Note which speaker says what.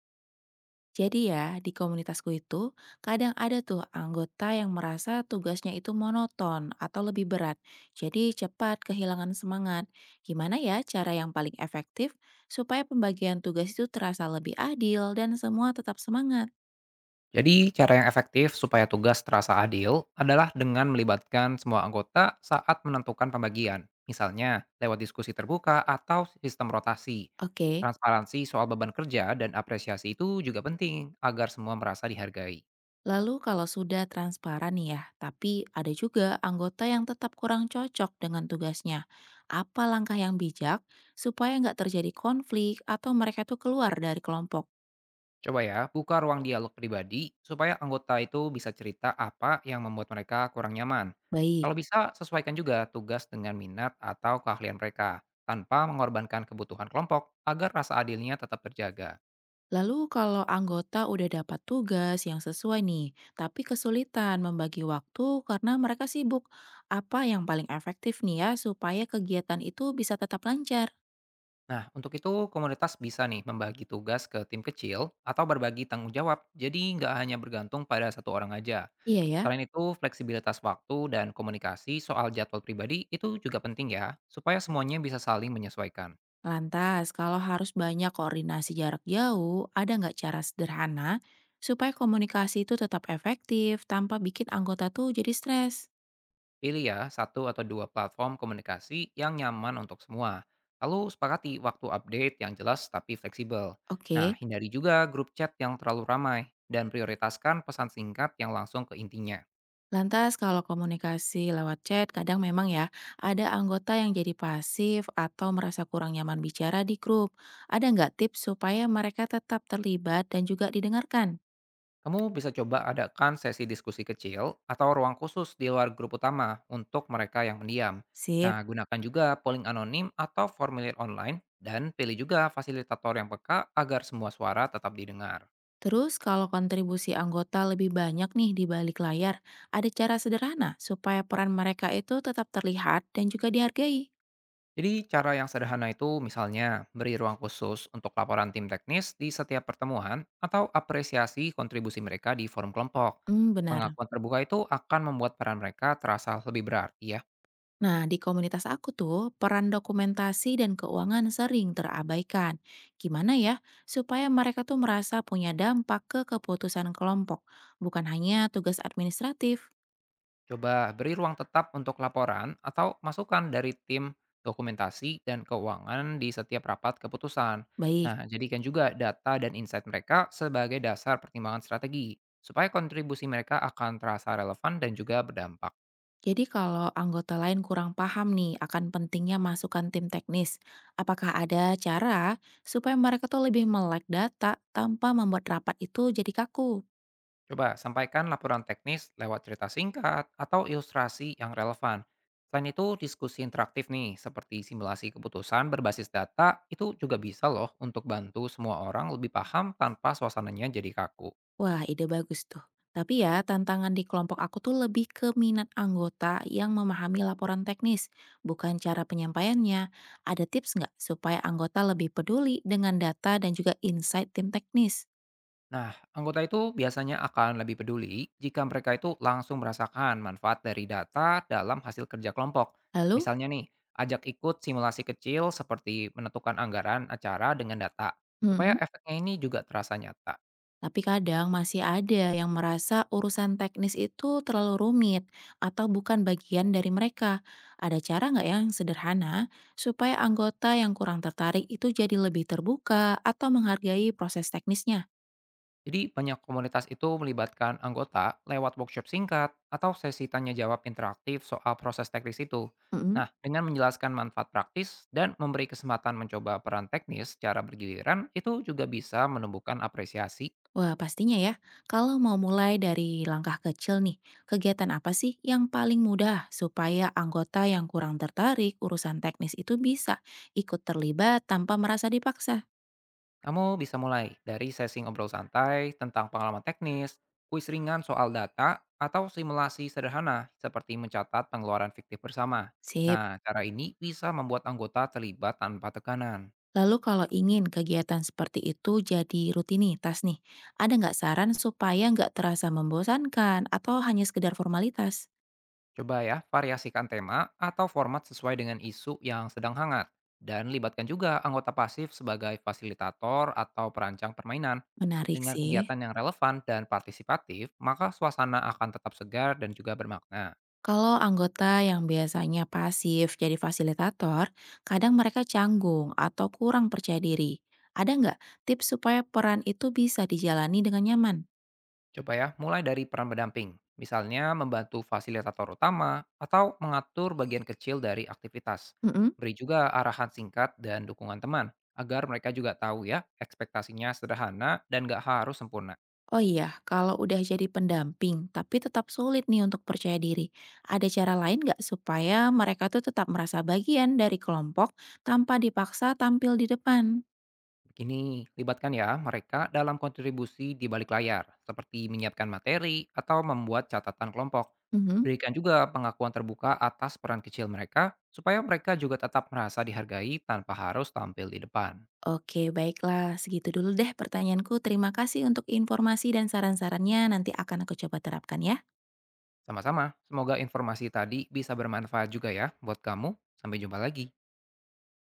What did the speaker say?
Speaker 1: Jadi ya, di komunitasku itu kadang ada tuh anggota yang merasa tugasnya itu monoton atau lebih berat. Jadi cepat kehilangan semangat. Gimana ya cara yang paling efektif supaya pembagian tugas itu terasa lebih adil dan semua tetap semangat?
Speaker 2: Jadi, cara yang efektif supaya tugas terasa adil adalah dengan melibatkan semua anggota saat menentukan pembagian. Misalnya, lewat diskusi terbuka atau sistem rotasi.
Speaker 1: Oke,
Speaker 2: Transparansi soal beban kerja dan apresiasi itu juga penting agar semua merasa dihargai.
Speaker 1: lalu kalau sudah transparan nih ya, tapi ada juga anggota yang tetap kurang cocok dengan tugasnya. Apa langkah yang bijak supaya nggak terjadi konflik atau mereka tuh keluar dari kelompok?
Speaker 2: Coba ya, buka ruang dialog pribadi supaya anggota itu bisa cerita apa yang membuat mereka kurang nyaman.
Speaker 1: Baik.
Speaker 2: Kalau bisa, sesuaikan juga tugas dengan minat atau keahlian mereka, tanpa mengorbankan kebutuhan kelompok agar rasa adilnya tetap terjaga.
Speaker 1: Lalu kalau anggota udah dapat tugas yang sesuai nih, tapi kesulitan membagi waktu karena mereka sibuk, apa yang paling efektif nih ya supaya kegiatan itu bisa tetap lancar?
Speaker 2: Nah, untuk itu komunitas bisa nih membagi tugas ke tim kecil atau berbagi tanggung jawab, jadi nggak hanya bergantung pada satu orang aja.
Speaker 1: Iya ya.
Speaker 2: Selain itu, fleksibilitas waktu dan komunikasi soal jadwal pribadi itu juga penting ya, supaya semuanya bisa saling menyesuaikan.
Speaker 1: Lantas, kalau harus banyak koordinasi jarak jauh, ada nggak cara sederhana supaya komunikasi itu tetap efektif tanpa bikin anggota tuh jadi stres?
Speaker 2: Pilih ya satu atau dua platform komunikasi yang nyaman untuk semua. Lalu sepakati waktu update yang jelas tapi fleksibel. Nah,
Speaker 1: Oke,
Speaker 2: hindari juga grup chat yang terlalu ramai dan prioritaskan pesan singkat yang langsung ke intinya.
Speaker 1: lantas kalau komunikasi lewat chat, kadang memang ya ada anggota yang jadi pasif atau merasa kurang nyaman bicara di grup. Ada nggak tips supaya mereka tetap terlibat dan juga didengarkan?
Speaker 2: Kamu bisa coba adakan sesi diskusi kecil atau ruang khusus di luar grup utama untuk mereka yang mendiam. Nah,
Speaker 1: Sip.
Speaker 2: gunakan juga polling anonim atau formulir online dan pilih juga fasilitator yang peka agar semua suara tetap didengar.
Speaker 1: Terus kalau kontribusi anggota lebih banyak nih di balik layar, ada cara sederhana supaya peran mereka itu tetap terlihat dan juga dihargai?
Speaker 2: Jadi cara yang sederhana itu misalnya beri ruang khusus untuk laporan tim teknis di setiap pertemuan atau apresiasi kontribusi mereka di forum kelompok.
Speaker 1: Hmm, benar.
Speaker 2: Pengakuan terbuka itu akan membuat peran mereka terasa lebih berarti ya.
Speaker 1: Nah, di komunitas aku tuh, peran dokumentasi dan keuangan sering terabaikan. Gimana ya supaya mereka tuh merasa punya dampak ke keputusan kelompok, bukan hanya tugas administratif?
Speaker 2: Coba beri ruang tetap untuk laporan atau masukan dari tim dokumentasi dan keuangan di setiap rapat keputusan.
Speaker 1: Baik,
Speaker 2: Nah, jadikan juga data dan insight mereka sebagai dasar pertimbangan strategi, supaya kontribusi mereka akan terasa relevan dan juga berdampak.
Speaker 1: jadi kalau anggota lain kurang paham nih akan pentingnya masukan tim teknis, apakah ada cara supaya mereka tuh lebih melek data tanpa membuat rapat itu jadi kaku?
Speaker 2: Coba sampaikan laporan teknis lewat cerita singkat atau ilustrasi yang relevan. Selain itu, diskusi interaktif nih, seperti simulasi keputusan berbasis data, itu juga bisa loh untuk bantu semua orang lebih paham tanpa suasananya jadi kaku.
Speaker 1: Wah, ide bagus tuh. Tapi ya, tantangan di kelompok aku tuh lebih ke minat anggota yang memahami laporan teknis, bukan cara penyampaiannya. Ada tips nggak supaya anggota lebih peduli dengan data dan juga insight tim teknis?
Speaker 2: Nah, anggota itu biasanya akan lebih peduli jika mereka itu langsung merasakan manfaat dari data dalam hasil kerja kelompok.
Speaker 1: Lalu,
Speaker 2: Misalnya nih, ajak ikut simulasi kecil seperti menentukan anggaran acara dengan data, supaya
Speaker 1: mm,
Speaker 2: efeknya ini juga terasa nyata.
Speaker 1: tapi kadang masih ada yang merasa urusan teknis itu terlalu rumit atau bukan bagian dari mereka. Ada cara nggak ya yang sederhana supaya anggota yang kurang tertarik itu jadi lebih terbuka atau menghargai proses teknisnya?
Speaker 2: Jadi banyak komunitas itu melibatkan anggota lewat workshop singkat atau sesi tanya jawab interaktif soal proses teknis itu.
Speaker 1: Mm-mm.
Speaker 2: Nah, dengan menjelaskan manfaat praktis dan memberi kesempatan mencoba peran teknis secara bergiliran, itu juga bisa menumbuhkan apresiasi.
Speaker 1: Wah, pastinya ya. Kalau mau mulai dari langkah kecil nih, kegiatan apa sih yang paling mudah supaya anggota yang kurang tertarik urusan teknis itu bisa ikut terlibat tanpa merasa dipaksa?
Speaker 2: Kamu bisa mulai dari sesi ngobrol santai tentang pengalaman teknis, kuis ringan soal data, atau simulasi sederhana seperti mencatat pengeluaran fiktif bersama.
Speaker 1: Sip.
Speaker 2: Nah, cara ini bisa membuat anggota terlibat tanpa tekanan.
Speaker 1: Lalu kalau ingin kegiatan seperti itu jadi rutinitas nih, ada nggak saran supaya nggak terasa membosankan atau hanya sekedar formalitas?
Speaker 2: Coba ya, variasikan tema atau format sesuai dengan isu yang sedang hangat. Dan libatkan juga anggota pasif sebagai fasilitator atau perancang permainan.
Speaker 1: Menarik
Speaker 2: Dengan
Speaker 1: sih.
Speaker 2: kegiatan yang relevan dan partisipatif, maka suasana akan tetap segar dan juga bermakna.
Speaker 1: Kalau anggota yang biasanya pasif jadi fasilitator, kadang mereka canggung atau kurang percaya diri. Ada nggak tips supaya peran itu bisa dijalani dengan nyaman?
Speaker 2: Coba ya, mulai dari peran pendamping. Misalnya membantu fasilitator utama atau mengatur bagian kecil dari aktivitas.
Speaker 1: Mm-mm.
Speaker 2: Beri juga arahan singkat dan dukungan teman agar mereka juga tahu ya ekspektasinya sederhana dan nggak harus sempurna.
Speaker 1: Oh iya, kalau udah jadi pendamping tapi tetap sulit nih untuk percaya diri, ada cara lain nggak supaya mereka tuh tetap merasa bagian dari kelompok tanpa dipaksa tampil di depan?
Speaker 2: Begini, libatkan ya mereka dalam kontribusi di balik layar, seperti menyiapkan materi atau membuat catatan kelompok.
Speaker 1: Mhm.
Speaker 2: Berikan juga pengakuan terbuka atas peran kecil mereka, supaya mereka juga tetap merasa dihargai tanpa harus tampil di depan.
Speaker 1: Oke, baiklah. Segitu dulu deh pertanyaanku. Terima kasih untuk informasi dan saran-sarannya. Nanti akan aku coba terapkan ya.
Speaker 2: Sama-sama, semoga informasi tadi bisa bermanfaat juga ya buat kamu. Sampai jumpa lagi.